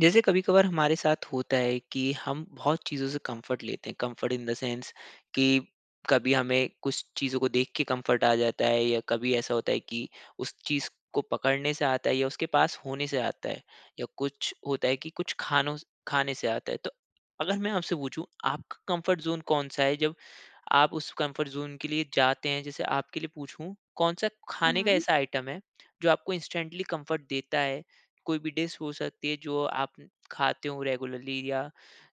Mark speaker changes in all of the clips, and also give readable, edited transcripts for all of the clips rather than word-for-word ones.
Speaker 1: जैसे कभी-कभार हमारे साथ होता है कि हम बहुत चीज़ों से कंफर्ट लेते हैं। कंफर्ट इन द सेंस कि कभी हमें कुछ चीज़ों को देख के कंफर्ट आ जाता है या कभी ऐसा होता है कि उस चीज़ को पकड़ने से आता है या उसके पास होने से आता है या कुछ होता है कि कुछ खानों स खाने से आता है। तो अगर मैं आपसे पूछूँ आपका कंफर्ट ज़ोन कौन-सा है जब आप उस कम्फर्ट ज़ोन के लिए जाते हैं, जैसे आपके लिए पूछूँ, कौन-सा खाने का
Speaker 2: हुँ।
Speaker 1: ऐसा आइटम है, जो आपको इंस्टेंटली कम्फर्ट देता है? कोई भी डिश हो सकती है, जो आप खाते हो रेगुलरली या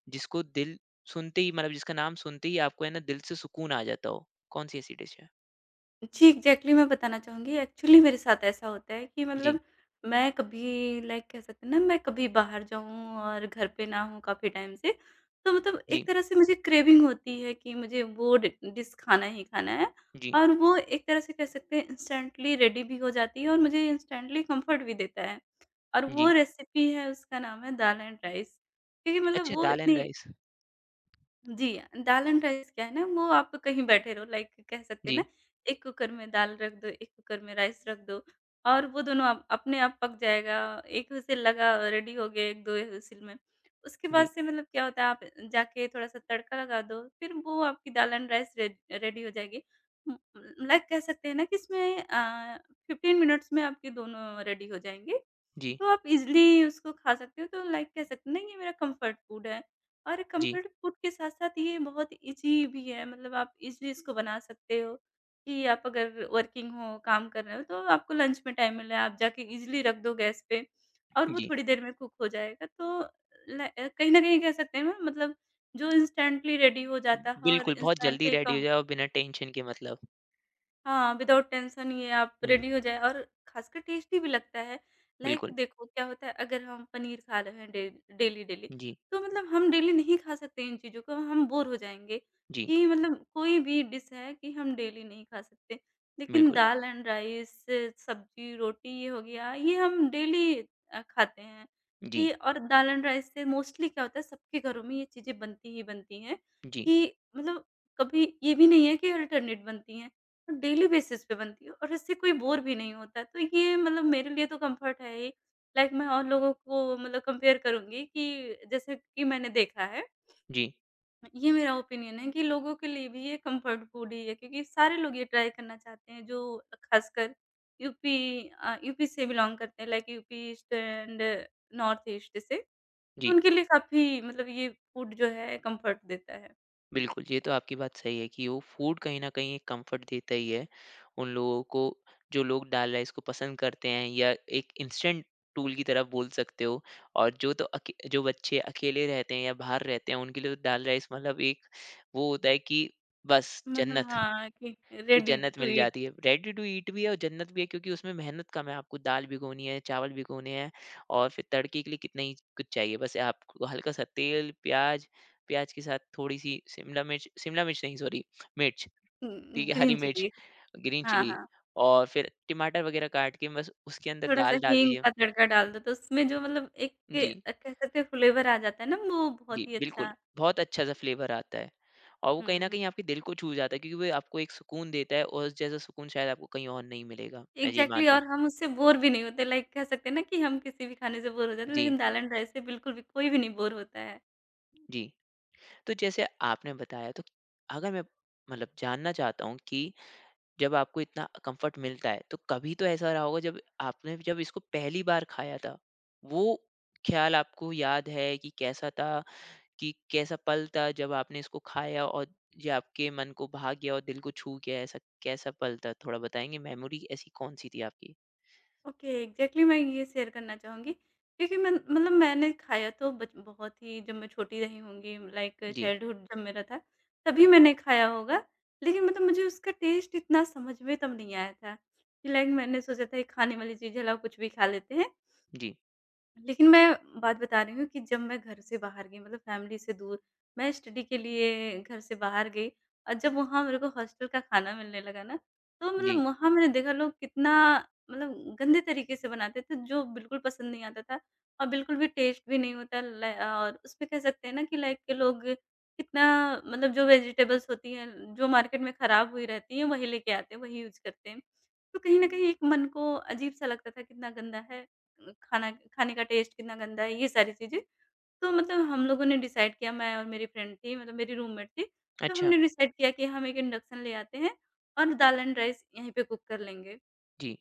Speaker 1: जिसको दिल सुनते ही मतलब जिसका नाम सुनते ही आपको है ना, दिल से सुकून आ जाता हो? कौन-सी ऐसी डिश है?
Speaker 2: जी, एग्ज़ैक्टली मैं बताना चाहूँगी। एक्चुअली मेरे साथ ऐसा होता है कि
Speaker 1: जी,
Speaker 2: मतलब मैं कभी लाइक कह सकते हैं ना मैं कभी बाहर जाऊँ और घर पे ना हूँ काफ़ी टाइम से, तो मतलब एक
Speaker 1: जी,
Speaker 2: तरह से मुझे क्रेविंग होती है कि मुझे वो डि डिश खाना ही खाना है
Speaker 1: जी,
Speaker 2: और वो एक तरह से कह सकते हैं इंस्टेंटली रेडी भी हो जाती है और मुझे इंस्टेंटली कम्फ़र्ट भी देता है। और वो
Speaker 1: जी।
Speaker 2: रेसिपी है, उसका नाम है दाल एंड राइस, क्योंकि मतलब
Speaker 1: अच्छा,
Speaker 2: वो
Speaker 1: दाल एंड
Speaker 2: इतनी।
Speaker 1: राइस।
Speaker 2: जी, दाल एंड राइस क्या है ना, वो आप कहीं बैठे रहो लाइक कह सकते हैं
Speaker 1: जी,
Speaker 2: ना, एक कुकर में दाल रख दो, एक कुकर में राइस रख दो और वो दोनों अप अपने आप पक जाएगा। एक व्हिसिल लगा रेडी हो गए 1-2 व्हिसिल में। उसके बाद
Speaker 1: जी,
Speaker 2: से मतलब क्या होता है, आप जाके थोड़ा-सा तड़का लगा दो, फिर वो आपकी dal and rice re ready हो जाएगी। उम, लाइक कह सकते हैं ना कि इसमें 15 मिनट्स में आपके दोनों रेडी हो जाएँगे।
Speaker 1: जी,
Speaker 2: तो आप इज़िली उसको खा सकते हो, तो लाइक कह सकते हैं ना, ये मेरा कम्फर्ट फूड है। और
Speaker 1: जी,
Speaker 2: कंफर्ट फूड के साथ-साथ ये बहुत ईज़ी भी है, मतलब आप ईज़िली इसको बना सकते हो कि आप अगर वर्किंग हो, काम कर रहे हो, तो आपको लंच में टाइम मिला है, आप जाके ईज़िली रख दो गैस पे और वो
Speaker 1: जी।
Speaker 2: थोड़ी देर में कुक हो जाएगा। तो कहीं न कहीं कह सकते हैं ना, मतलब जो इंस्टेंटली रेडी हो जाता है और
Speaker 1: बिल्कुल, बहुत जल्दी
Speaker 2: इंस्टेंटली
Speaker 1: रेडी हो
Speaker 2: कम
Speaker 1: जाए और बिना टेंशन के मतलब।
Speaker 2: हाँ, विदाउट टेंशन ये आप
Speaker 1: हुँ,
Speaker 2: रेडी हो जाए और खासकर टेस्टी भी लगता है। लाइक
Speaker 1: बिल्कुल।
Speaker 2: देखो क्या होता है अगर हम पनीर खा रहे हैं डे डेली, डेली,
Speaker 1: जी,
Speaker 2: तो मतलब हम डेली नहीं खा सकते इन चीज़ों को, हम बोर हो जाएँगे
Speaker 1: जी,
Speaker 2: कि मतलब कोई भी डिश है कि हम डेली नहीं खा सकते। लेकिन
Speaker 1: बिल्कुल।
Speaker 2: दाल एंड राइस, सब्ज़ी, रोटी ये हो गया, ये हम डेली खाते हैं
Speaker 1: जी,
Speaker 2: कि और दाल एंड राइस से मोस्टली क्या होता है, सबके घरों में ये चीज़ें बनती ही बनती हैं
Speaker 1: जी।
Speaker 2: कि मतलब कभी ये भी नहीं है कि अल्टरनेट बनती हैं। डेली बेसिस पे बनती है और इससे कोई बोर भी नहीं होता है। तो ये मतलब मेरे लिए तो कम्फर्ट है ही। लाइक मैं और लोगों को मतलब कंपेयर करूँगी कि जैसे कि मैंने देखा है,
Speaker 1: जी,
Speaker 2: ये मेरा ओपिनियन है कि लोगों के लिए भी ये कम्फर्ट फूड ही है क्योंकि सारे लोग ये ट्राई करना चाहते हैं, जो ख़ासकर यूपी से बिलॉन्ग करते हैं, like UP east and north east से। तो
Speaker 1: जी।
Speaker 2: उनके लिए काफ़ी मतलब ये फूड जो है कम्फर्ट देता है।
Speaker 1: बिल्कुल, ये तो आपकी बात सही है कि वो फ़ूड कहीं न कहीं एक कम्फ़र्ट देता ही है, उन लोगों को जो लोग दाल राइस को पसंद करते हैं या एक इंस्टेंट टूल की तरह बोल सकते हो। और जो बच्चे अकेले रहते हैं या बाहर रहते हैं, उनके लिए तो दाल राइस मतलब एक वो होता है कि बस
Speaker 2: मतलब
Speaker 1: जन्नत।
Speaker 2: हाँ, कि
Speaker 1: की
Speaker 2: रेडी
Speaker 1: जन्नत
Speaker 2: टू
Speaker 1: मिल
Speaker 2: ईट।
Speaker 1: जाती है। रेडी टू ईट भी है और जन्नत भी है क्योंकि उसमें मेहनत कम है। आपको दाल भिगोनी है, चावल भिगोने हैं और फिर तड़के के लिए कितना ही कुछ चाहिए। बस आपको हल्का-सा तेल, प्याज़, प्याज़ के साथ थोड़ी-सी शिमला मिर्च नहीं सॉरी मिर्च, ठीक
Speaker 2: हुँ,
Speaker 1: है? हरी
Speaker 2: ग्रीन
Speaker 1: मिर्च,
Speaker 2: चिली।
Speaker 1: ग्रीन
Speaker 2: हाँ,
Speaker 1: चिली
Speaker 2: हाँ।
Speaker 1: और फिर टमाटर वगैरह काट के बस उसके अंदर
Speaker 2: थोड़ा-सा
Speaker 1: दाल डाल
Speaker 2: हींग
Speaker 1: दीजिए।
Speaker 2: का तड़का डाल दो, तो उसमें जो मतलब एक
Speaker 1: जी,
Speaker 2: कह सकते हैं फ्लेवर आ जाता है ना, वो
Speaker 1: जी,
Speaker 2: बहुत ही
Speaker 1: बिल्कुल।
Speaker 2: अच्छा।
Speaker 1: बहुत अच्छा-सा फ्लेवर आता है और वो कहीं न
Speaker 2: हुँ,
Speaker 1: कहीं आपके दिल को छू जाता है क्योंकि वो आपको एक सुकून देता है और उस जैसा सुकून शायद आपको कहीं और नहीं मिलेगा। मैं ये
Speaker 2: एग्ज़ैक्टली,
Speaker 1: मानता हूँ।
Speaker 2: और हम उससे बोर भी नहीं होते, लाइक कह सकते हैं ना कि हम किसी भी खाने से बोर हो जाते हैं,
Speaker 1: जी।
Speaker 2: लेकिन दाल एंड राइस से बिल्कुल भी कोई भी नहीं बोर होता है।
Speaker 1: जी। तो जैसे आपने बताया तो अगर मैं मतलब जानना चाहता हूँ कि जब आपको इतना कम्फ़र्ट मिलता है, तो कभी तो ऐसा रहा होगा जब आपने जब इसको पहली बार खाया था, वो ख़्याल आपको याद है कि कैसा था? कि कैसा पल था जब आपने इसको खाया और ये आपके मन को भा गया और दिल को छू गया ऐसा कैसा पल था? थोड़ा बताएँगे मेमोरी ऐसी कौन-सी थी आपकी?
Speaker 2: ओके, एग्ज़ैक्टली मैं ये शेयर करना चाहूँगी, क्योंकि मैं मतलब मैंने खाया तो बच बहुत ही जब मैं छोटी रही होंगी, लाइक
Speaker 1: जी,
Speaker 2: चाइल्डहुड जब मेरा था, तभी मैंने खाया होगा। लेकिन मतलब मुझे उसका टेस्ट इतना समझ में तब नहीं आया था, कि लाइक मैंने सोचा था ये खाने वाली चीज़ है, लाओ कुछ भी खा लेते हैं।
Speaker 1: जी,
Speaker 2: लेकिन मैं बात बता रही हूँ कि जब मैं घर से बाहर गई, मतलब फैमिली से दूर, मैं स्टडी के लिए घर से बाहर गई और जब वहाँ मेरे को हॉस्टल का खाना मिलने लगा ना, तो
Speaker 1: जी।
Speaker 2: मतलब वहाँ मैंने देखा लोग कितना मतलब गंदे तरीके से बनाते थे, जो बिल्कुल पसंद नहीं आता था और बिल्कुल भी टेस्ट भी नहीं होता ल और उसमें कह सकते हैं ना कि लाइक के लोग कितना मतलब जो वेजिटेबल्स होती हैं, जो मार्केट में ख़राब हुई रहती हैं, वही लेके आते हैं, वही यूज़ करते हैं। तो कहीं न कहीं एक मन को अजीब-सा लगता था कितना गंदा है, खाना खाने का टेस्ट कितना गंदा है, ये सारी चीज़ें। तो मतलब हम लोगों ने डिसाइड किया, मैं और मेरी फ्रेंड थी, मतलब मेरी रूममेट थी, तो
Speaker 1: अच्छा।
Speaker 2: हमने डिसाइड किया कि हम एक इंडक्शन ले आते हैं और दाल एंड राइस यहीं पे कुक कर लेंगे।
Speaker 1: जी,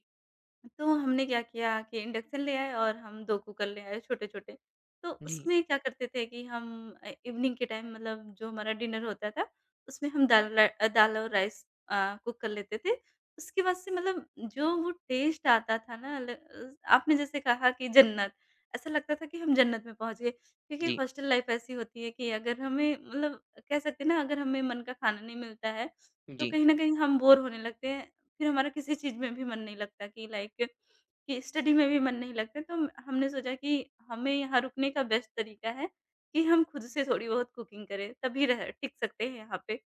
Speaker 2: तो हमने क्या किया कि इंडक्शन ले आए और हम 2 कुकर ले आए छोटे-छोटे। तो
Speaker 1: जी,
Speaker 2: उसमें क्या करते थे कि हम इवनिंग के टाइम मतलब जो हमारा डिनर होता था, उसमें हम दाल और राइस कुक कर लेते थे। उसके बाद से मतलब जो वो टेस्ट आता था ना, आपने जैसे कहा कि जन्नत, ऐसा लगता था कि हम जन्नत में पहुँच गए। क्योंकि
Speaker 1: जी,
Speaker 2: हॉस्टल लाइफ़ ऐसी होती है कि अगर हमें मतलब कह सकते हैं ना, अगर हमें मन का खाना नहीं मिलता है, तो
Speaker 1: जी,
Speaker 2: कहीं न कहीं हम बोर होने लगते हैं। फिर हमारा किसी चीज़ में भी मन नहीं लगता, कि लाइक कि स्टडी में भी मन नहीं लगता, तो हमने सोचा कि हमें यहाँ रुकने का बेस्ट तरीका है कि हम खुद से थोड़ी बहुत कुकिंग करें, तभी रह टिक सकते हैं यहाँ पे।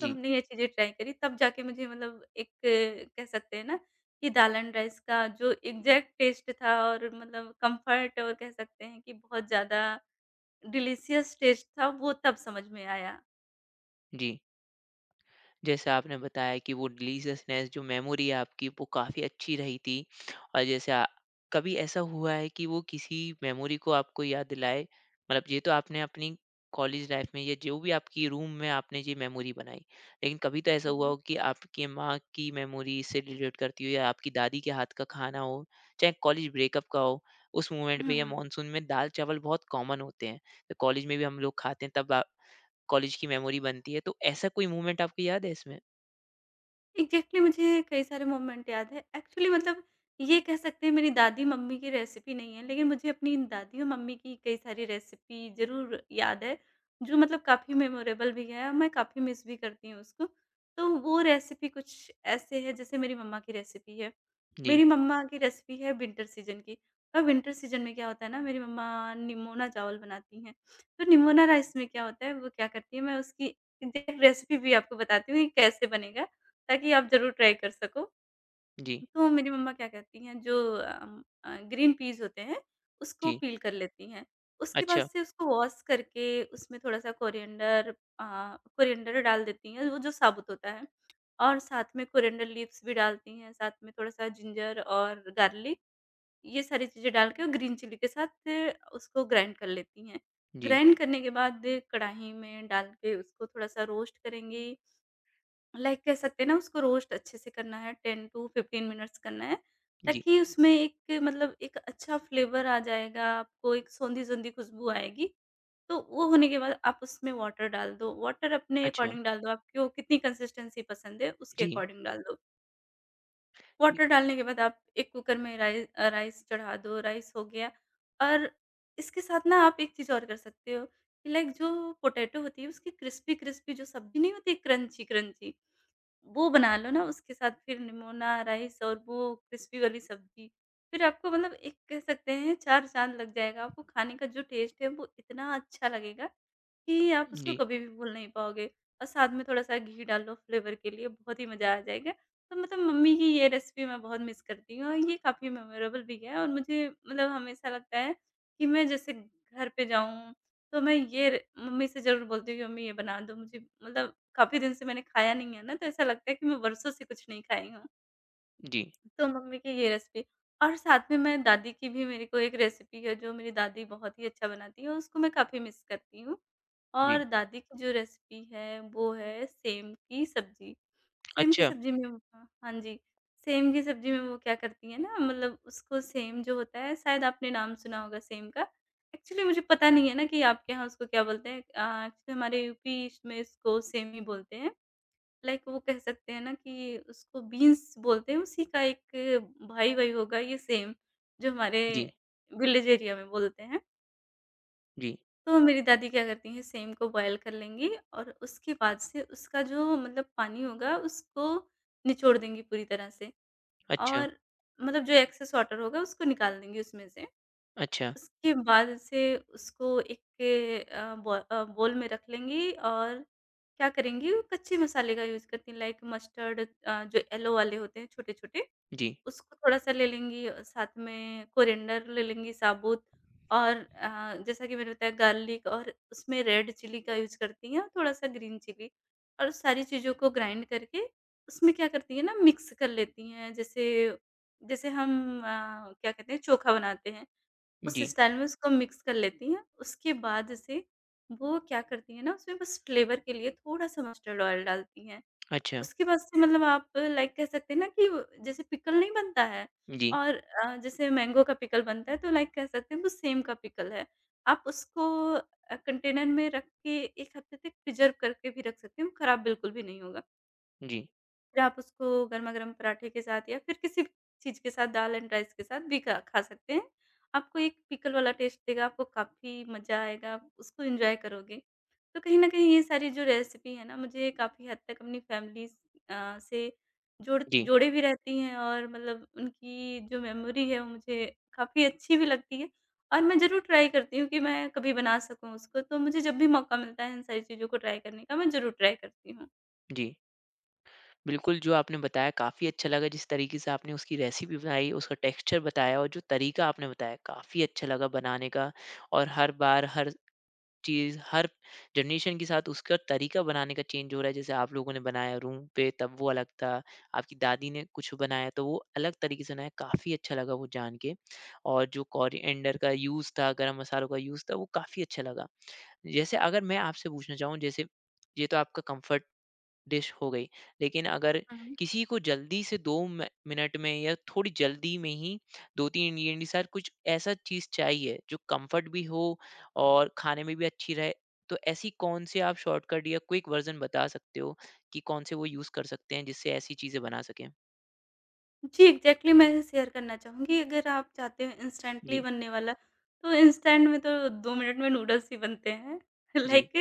Speaker 2: तो हमने ये चीज़ें ट्राई करी, तब जाके मुझे मतलब एक कह सकते हैं ना कि दाल एंड राइस का जो एग्जैक्ट टेस्ट था और मतलब कंफर्ट और कह सकते हैं कि बहुत ज़्यादा डिलीशियस टेस्ट था, वो तब समझ में आया।
Speaker 1: जी। जैसे आपने बताया कि वो डिलीशियसनेस जो मेमोरी है आपकी वो काफ़ी अच्छी रही थी। और जैसे आ कभी ऐसा हुआ है कि वो किसी मेमोरी को आपको याद दिलाए? मतलब ये तो आपने अपनी कॉलेज लाइफ़ में या जो भी आपकी रूम में आपने ये मेमोरी बनाई। लेकिन कभी तो ऐसा
Speaker 2: हुँ,
Speaker 1: हुआ
Speaker 2: हुँ।
Speaker 1: हो कि आपकी माँ की मेमोरी इससे रिलेट करती हो या आपकी दादी के हाथ का खाना हो, चाहे कॉलेज ब्रेकअप का हो, उस मोमेंट पे
Speaker 2: हुँ,
Speaker 1: या
Speaker 2: हुँ।
Speaker 1: मॉनसून में दाल-चावल बहुत कॉमन होते हैं। तो कॉलेज में भी हम लोग खाते हैं तब कॉलेज की मेमोरी बनती है। तो ऐसा कोई मोमेंट आपको याद है इसमें?
Speaker 2: एग्ज़ैक्टली मुझे कई सारे मोमेंट याद है। एक्चुअली मतलब ये कह सकते हैं मेरी दादी-मम्मी की रेसिपी नहीं है, लेकिन मुझे अपनी दादी और मम्मी की कई सारी रेसिपी ज़रूर याद है, जो मतलब काफ़ी मेमोरेबल भी है और मैं काफ़ी मिस भी करती हूँ उसको। तो वो रेसिपी कुछ ऐसे है जैसे मेरी मम्मा की रेसिपी है।
Speaker 1: जी,
Speaker 2: मेरी मम्मा की रेसिपी है विंटर सीज़न की और विंटर सीज़न में क्या होता है ना, मेरी मम्मा निमोना चावल बनाती हैं। तो निमोना राइस में क्या होता है, वो क्या करती है, मैं उसकी एग्ज़ैक्ट रेसिपी भी आपको बताती हूँ ये कैसे बनेगा, ताकि आप ज़रूर ट्राई कर सको।
Speaker 1: जी,
Speaker 2: तो मेरी मम्मा क्या कहती हैं, जो ग्रीन पीस होते हैं, उसको
Speaker 1: जी।
Speaker 2: पील कर लेती हैं। उसके बाद
Speaker 1: अच्छा,
Speaker 2: से उसको वॉश करके उसमें थोड़ा-सा कोरिएंडर कोरिएंडर डाल देती हैं, वो जो साबुत होता है, और साथ में कोरिएंडर लीव्स भी डालती हैं, साथ में थोड़ा-सा जिंजर और गार्लिक, ये सारी चीज़ें डाल के और ग्रीन चिली के साथ उसको ग्राइंड कर लेती हैं।
Speaker 1: जी,
Speaker 2: ग्राइंड करने के बाद कढ़ाई में डाल के उसको थोड़ा-सा रोस्ट करेंगी, लाइक कह सकते हैं ना, उसको रोस्ट अच्छे से करना है, 10 टू 15 मिनट्स करना है,
Speaker 1: जी,
Speaker 2: ताकि उसमें एक मतलब एक अच्छा फ्लेवर आ जाएगा, आपको एक सोंधी-सोंधी खुशबू आएगी। तो वो होने के बाद आप उसमें वाटर डाल दो, वाटर अपने
Speaker 1: अच्छा,
Speaker 2: अकॉर्डिंग डाल दो, आपको कितनी कंसिस्टेंसी पसंद है उसके
Speaker 1: जी,
Speaker 2: अकॉर्डिंग डाल दो।
Speaker 1: जी,
Speaker 2: वाटर डालने के बाद आप एक कुकर में राइस चढ़ा दो, राइस हो गया, और इसके साथ ना आप एक चीज़ और कर सकते हो कि लाइक जो पोटैटो होती है उसकी क्रिस्पी-क्रिस्पी जो सब्ज़ी, नहीं होती क्रंची-क्रंची, वो बना लो ना उसके साथ, फिर निमोना राइस और वो क्रिस्पी वाली सब्ज़ी। फिर आपको मतलब एक कह सकते हैं 4 चाँद लग जाएगा, आपको खाने का जो टेस्ट है वो इतना अच्छा लगेगा कि आप उसको
Speaker 1: जी,
Speaker 2: कभी भी भूल नहीं पाओगे, और साथ में थोड़ा-सा घी डाल लो फ्लेवर के लिए, बहुत ही मज़ा आ जाएगा। तो मतलब मम्मी की ये रेसिपी मैं बहुत मिस करती हूँ और ये काफ़ी मेमोरेबल भी है और मुझे मतलब हमेशा लगता है कि मैं जैसे घर पे जाऊँ, तो मैं ये र मम्मी से ज़रूर बोलती हूँ कि मम्मी ये बना दो मुझे, मतलब काफ़ी दिन से मैंने खाया नहीं है ना, तो ऐसा लगता है कि मैं वर्षों से कुछ नहीं खाई हूँ।
Speaker 1: जी,
Speaker 2: तो मम्मी की ये रेसिपी, और साथ में मैं दादी की भी मेरे को एक रेसिपी है जो मेरी दादी बहुत ही अच्छा बनाती है, उसको मैं काफ़ी मिस करती हूँ।
Speaker 1: जी,
Speaker 2: और दादी की जो रेसिपी है वो है सेम की सब्ज़ी। सेम की
Speaker 1: अच्छा,
Speaker 2: सब्ज़ी में वो, हाँ, हाँ जी, सेम की सब्ज़ी में वो क्या करती हैं ना, मतलब उसको सेम जो होता है, शायद आपने नाम सुना होगा सेम का। एक्चुअली मुझे पता नहीं है ना कि आपके यहाँ उसको क्या बोलते हैं? एक्चुअली हमारे यूपी ईस्ट में इसको सेम ही बोलते हैं। लाइक वो कह सकते हैं ना कि उसको बीन्स बोलते हैं, उसी का एक भाई-वाई होगा ये सेम, जो हमारे
Speaker 1: जी,
Speaker 2: विलेज एरिया में बोलते हैं।
Speaker 1: जी,
Speaker 2: तो मेरी दादी क्या करती हैं, सेम को बॉयल कर लेंगी और उसके बाद से उसका जो मतलब पानी होगा उसको निचोड़ देंगी पूरी तरह से,
Speaker 1: अच्छा,
Speaker 2: और मतलब जो एक्सेस वाटर होगा उसको निकाल देंगी उसमें से।
Speaker 1: अच्छा,
Speaker 2: उसके बाद से उसको एक बोल में रख लेंगी, और क्या करेंगी वो, कच्चे मसाले का यूज़ करती हैं, लाइक मस्टर्ड, जो येलो वाले होते हैं छोटे-छोटे,
Speaker 1: जी,
Speaker 2: उसको थोड़ा-सा ले लेंगी और साथ में कोरिएंडर ले लेंगी साबुत, और जैसा कि मैंने बताया गार्लिक, और उसमें रेड चिली का यूज़ करती हैं, और थोड़ा-सा ग्रीन चिली, और सारी चीज़ों को ग्राइंड करके उसमें क्या करती हैं ना, मिक्स कर लेती हैं। जैसे जैसे हम अ, क्या कहते हैं चोखा बनाते हैं, उस
Speaker 1: जी,
Speaker 2: स्टाइल में उसको मिक्स कर लेती हैं। उसके बाद जैसे वो क्या करती हैं ना, उसमें बस फ्लेवर के लिए थोड़ा-सा मस्टर्ड ऑयल डालती हैं।
Speaker 1: अच्छा,
Speaker 2: उसके बाद से मतलब आप लाइक कह सकते हैं ना, कि वो जैसे पिकल नहीं बनता है,
Speaker 1: जी,
Speaker 2: और जैसे मैंगो का पिकल बनता है, तो लाइक कह सकते हैं वो सेम का पिकल है। आप उसको कंटेनर में रख के 1 हफ्ते तक प्रिज़र्व करके भी रख सकते हैं, वो खराब बिल्कुल भी नहीं होगा।
Speaker 1: जी,
Speaker 2: फिर आप उसको गरमा-गरम पराठे के साथ या फिर किसी चीज़ के साथ, दाल एंड राइस के साथ भी खा खा सकते हैं। आपको एक पिकल वाला टेस्ट देगा, आपको काफ़ी मज़ा आएगा, आप उसको एन्जॉय करोगे। तो कहीं न कहीं ये सारी जो रेसिपी है ना, मुझे काफ़ी हद तक अपनी फैमिली से
Speaker 1: जी,
Speaker 2: जोड़े भी रहती हैं, और मतलब उनकी जो मेमोरी है वो मुझे काफ़ी अच्छी भी लगती है, और मैं ज़रूर ट्राई करती हूँ कि मैं कभी बना सकूँ उसको। तो मुझे जब भी मौका मिलता है इन सारी चीज़ों को ट्राई करने का, मैं ज़रूर ट्राई करती
Speaker 1: जी। बिल्कुल, जो आपने बताया काफ़ी अच्छा लगा जिस तरीके से आपने उसकी रेसिपी बनाई, उसका टेक्सचर बताया और जो तरीका आपने बताया, काफ़ी अच्छा लगा बनाने का और हर बार, हर चीज़ हर जनरेशन के साथ उसका तरीका बनाने का चेंज हो रहा है। जैसे आप लोगों ने बनाया रूम पे तब वो अलग था, आपकी दादी ने कुछ बनाया तो वो अलग तरीके से बनाया, काफ़ी अच्छा लगा वो जान के। और जो कोरिएंडर का यूज़ था, गरम मसालों का यूज़ था वो काफ़ी अच्छा लगा। जैसे अगर मैं आपसे पूछना चाहूँ जैसे ये तो आपका कम्फर्ट डिश हो गई। लेकिन अगर
Speaker 2: हूँ।
Speaker 1: किसी को जल्दी से 2 म मिनट में या थोड़ी जल्दी में ही 2-3 इंग्रीडिएंट के साथ कुछ ऐसा चीज़ चाहिए जो कम्फर्ट भी हो और खाने में भी अच्छी रहे, तो ऐसी कौन-सी आप शॉर्टकट या क्विक वर्ज़न बता सकते हो कि कौन से वो यूज़ कर सकते हैं जिससे ऐसी चीज़ें बना सकें?
Speaker 2: जी, एग्ज़ैक्टली, मैं शेयर करना चाहूँगी, अगर आप चाहते हो इंस्टेंटली
Speaker 1: जी,
Speaker 2: बनने वाला, तो इंस्टेंट में तो 2 मिनट में नूडल्स ही बनते हैं।
Speaker 1: जी,
Speaker 2: लाइक,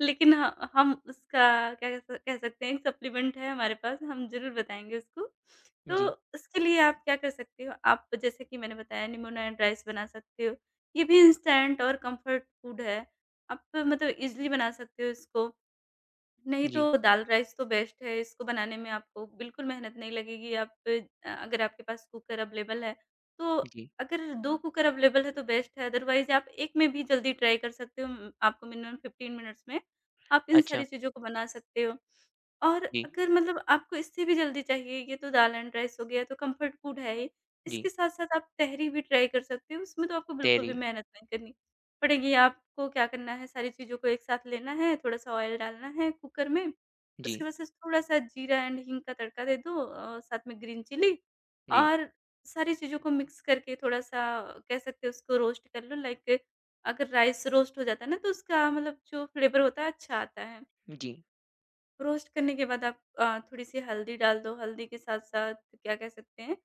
Speaker 2: लेकिन ह हम उसका क्या कह सकते हैं, एक सप्लीमेंट है हमारे पास, हम ज़रूर बताएँगे उसको। तो
Speaker 1: जी,
Speaker 2: उसके लिए आप क्या कर सकते हो, आप जैसे कि मैंने बताया, लेमोनेड राइस बना सकते हो। ये भी इंस्टेंट और कम्फर्ट फूड है। आप मतलब इज़िली बना सकते हो इसको। नहीं तो
Speaker 1: जी,
Speaker 2: दाल राइस तो बेस्ट है, इसको बनाने में आपको बिल्कुल मेहनत नहीं लगेगी। आप अगर आपके पास कुकर अवेलेबल है, तो
Speaker 1: जी।
Speaker 2: अगर 2 कुकर अवेलेबल है तो बेस्ट है, अदरवाइज़ आप एक में भी जल्दी ट्राई कर सकते हो। आपको मिनिमम 15 मिनट्स में आप इन
Speaker 1: अच्छा,
Speaker 2: सारी चीज़ों को बना सकते हो। और
Speaker 1: जी,
Speaker 2: अगर मतलब आपको इससे भी जल्दी चाहिए, ये तो दाल एंड राइस हो गया, तो कम्फर्ट फूड है ये।
Speaker 1: जी,
Speaker 2: इसके साथ-साथ आप तहरी भी ट्राई कर सकते हो, उसमें तो आपको बिल्कुल
Speaker 1: तहरी।
Speaker 2: भी मेहनत नहीं करनी पड़ेगी। आपको क्या करना है, सारी चीज़ों को एक साथ लेना है, थोड़ा-सा ऑयल डालना है कुकर में,
Speaker 1: जी,
Speaker 2: उसके बाद से थोड़ा-सा जीरा एंड हींग का तड़का दे दो, साथ में ग्रीन चिली,
Speaker 1: जी,
Speaker 2: और सारी चीज़ों को मिक्स करके थोड़ा-सा कह सकते हो उसको रोस्ट कर लो। लाइक अगर राइस रोस्ट हो जाता है ना, तो उसका मतलब जो फ्लेवर होता है अच्छा आता है।
Speaker 1: जी।
Speaker 2: रोस्ट करने के बाद आप थोड़ी-सी हल्दी डाल दो, हल्दी के साथ-साथ क्या कह सकते हैं,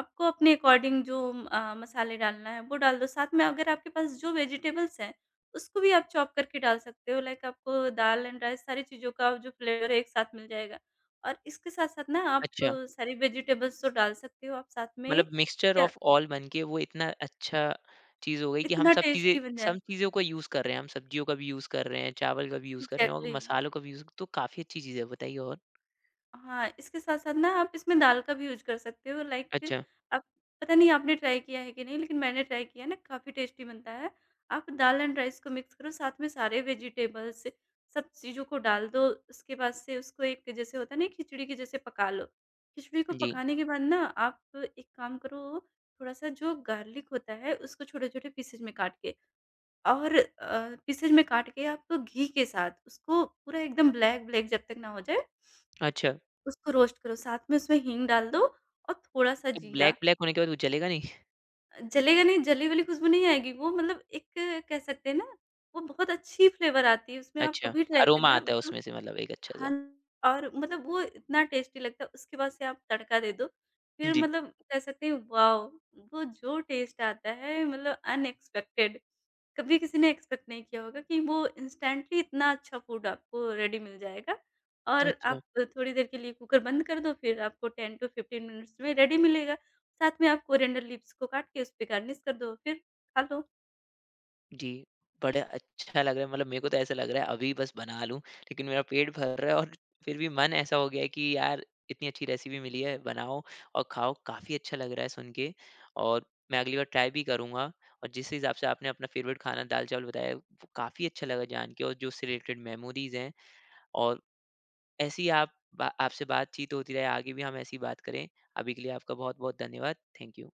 Speaker 2: आपको अपने अकॉर्डिंग जो मसाले डालना है वो डाल दो। साथ में अगर आपके पास जो वेजिटेबल्स हैं, उसको भी आप चॉप करके डाल सकते हो। लाइक आपको दाल एंड राइस सारी चीज़ों का जो फ्लेवर है एक साथ मिल जाएगा। और इसके साथ-साथ ना आप
Speaker 1: अच्छा।
Speaker 2: सारी वेजिटेबल्स तो डाल सकते हो, आप साथ में
Speaker 1: मतलब मिक्सचर
Speaker 2: क्या
Speaker 1: ऑफ ऑल बन के वो इतना अच्छा चीज़ हो गई कि हम
Speaker 2: इतना
Speaker 1: सब चीज़ें
Speaker 2: टेस्टी बन जाए।
Speaker 1: सब चीज़ों को यूज़ कर रहे हैं। हम सब्जियों का भी यूज़ कर रहे हैं, चावल का भी यूज़ कर रहे हैं और
Speaker 2: एग्ज़ैक्टली।
Speaker 1: मसालों का भी यूज़ तो काफ़ी अच्छी चीज़ है, बताइए और?
Speaker 2: हाँ, इसके साथ-साथ ना आप इसमें दाल का भी यूज़ कर सकते हो, लाइक
Speaker 1: अच्छा।
Speaker 2: आप, पता नहीं आपने ट्राई किया है कि नहीं, लेकिन मैंने ट्राई किया ना, काफ़ी टेस्टी बनता है। आप दाल एंड राइस को मिक्स करो, साथ में सारे वेजिटेबल्स, सब चीज़ों को डाल दो। उसके बाद से उसको एक, जैसे होता है ना खिचड़ी के जैसे पका लो। खिचड़ी को
Speaker 1: जी।
Speaker 2: पकाने के बाद ना आप एक काम करो, थोड़ा-सा जो गार्लिक होता है उसको छोटे-छोटे पीसेज़ में काट के, और पीसेज़ में काट के आप घी के साथ उसको पूरा एकदम ब्लैक-ब्लैक जब तक ना हो जाए
Speaker 1: अच्छा,
Speaker 2: उसको रोस्ट करो, साथ में उसमें हींग डाल दो और थोड़ा-सा
Speaker 1: तो ब्लैक
Speaker 2: जीरा।
Speaker 1: ब्लैक होने के बाद वो जलेगा नहीं?
Speaker 2: जलेगा नहीं, जली वाली खुशबू नहीं आएगी, वो मतलब एक, कह सकते हैं ना, वो बहुत अच्छी फ्लेवर आती है, उसमें आप
Speaker 1: अच्छा,
Speaker 2: कभी ट्राई
Speaker 1: अरोमा
Speaker 2: करना
Speaker 1: आता है
Speaker 2: मतलब।
Speaker 1: उसमें से मतलब एक
Speaker 2: हाँ,
Speaker 1: अच्छा-सा।
Speaker 2: और मतलब वो इतना टेस्टी लगता है, उसके बाद से आप तड़का दे दो। फिर
Speaker 1: जी।
Speaker 2: मतलब कह सकते हैं, वाओ! वो जो टेस्ट आता है मतलब अनएक्सपेक्टेड, कभी किसी ने एक्सपेक्ट नहीं किया होगा, कि वो इंस्टेंटली इतना अच्छा फूड आपको रेडी मिल जाएगा। और
Speaker 1: अच्छा।
Speaker 2: आप थोड़ी देर के लिए कुकर बंद कर दो, फिर आपको 10 टू 15 मिनट्स में रेडी मिलेगा। साथ में आप कोरिएंडर लीव्स को काट के उस पे गार्निश कर दो, फिर खा लो।
Speaker 1: जी, बड़ा अच्छा लग रहा है मतलब मेरे को तो ऐसा लग रहा है अभी बस बना लूँ, लेकिन मेरा पेट भर रहा है और फिर भी मन ऐसा हो गया है कि यार इतनी अच्छी रेसिपी मिली है, बनाओ और खाओ, काफ़ी अच्छा लग रहा है सुन के और मैं अगली बार ट्राई भी करूँगा और जिस हिसाब से आपने अपना फ़ेवरेट खाना दाल-चावल बताया, वो काफ़ी अच्छा लगा जान के और जो उससे रिलेटेड मेमोरीज़ हैं और ऐसे ही आप बा आपसे बातचीत होती रहे, आगे भी हम ऐसी बात करें। अभी के लिए आपका बहुत-बहुत धन्यवाद। Thank you.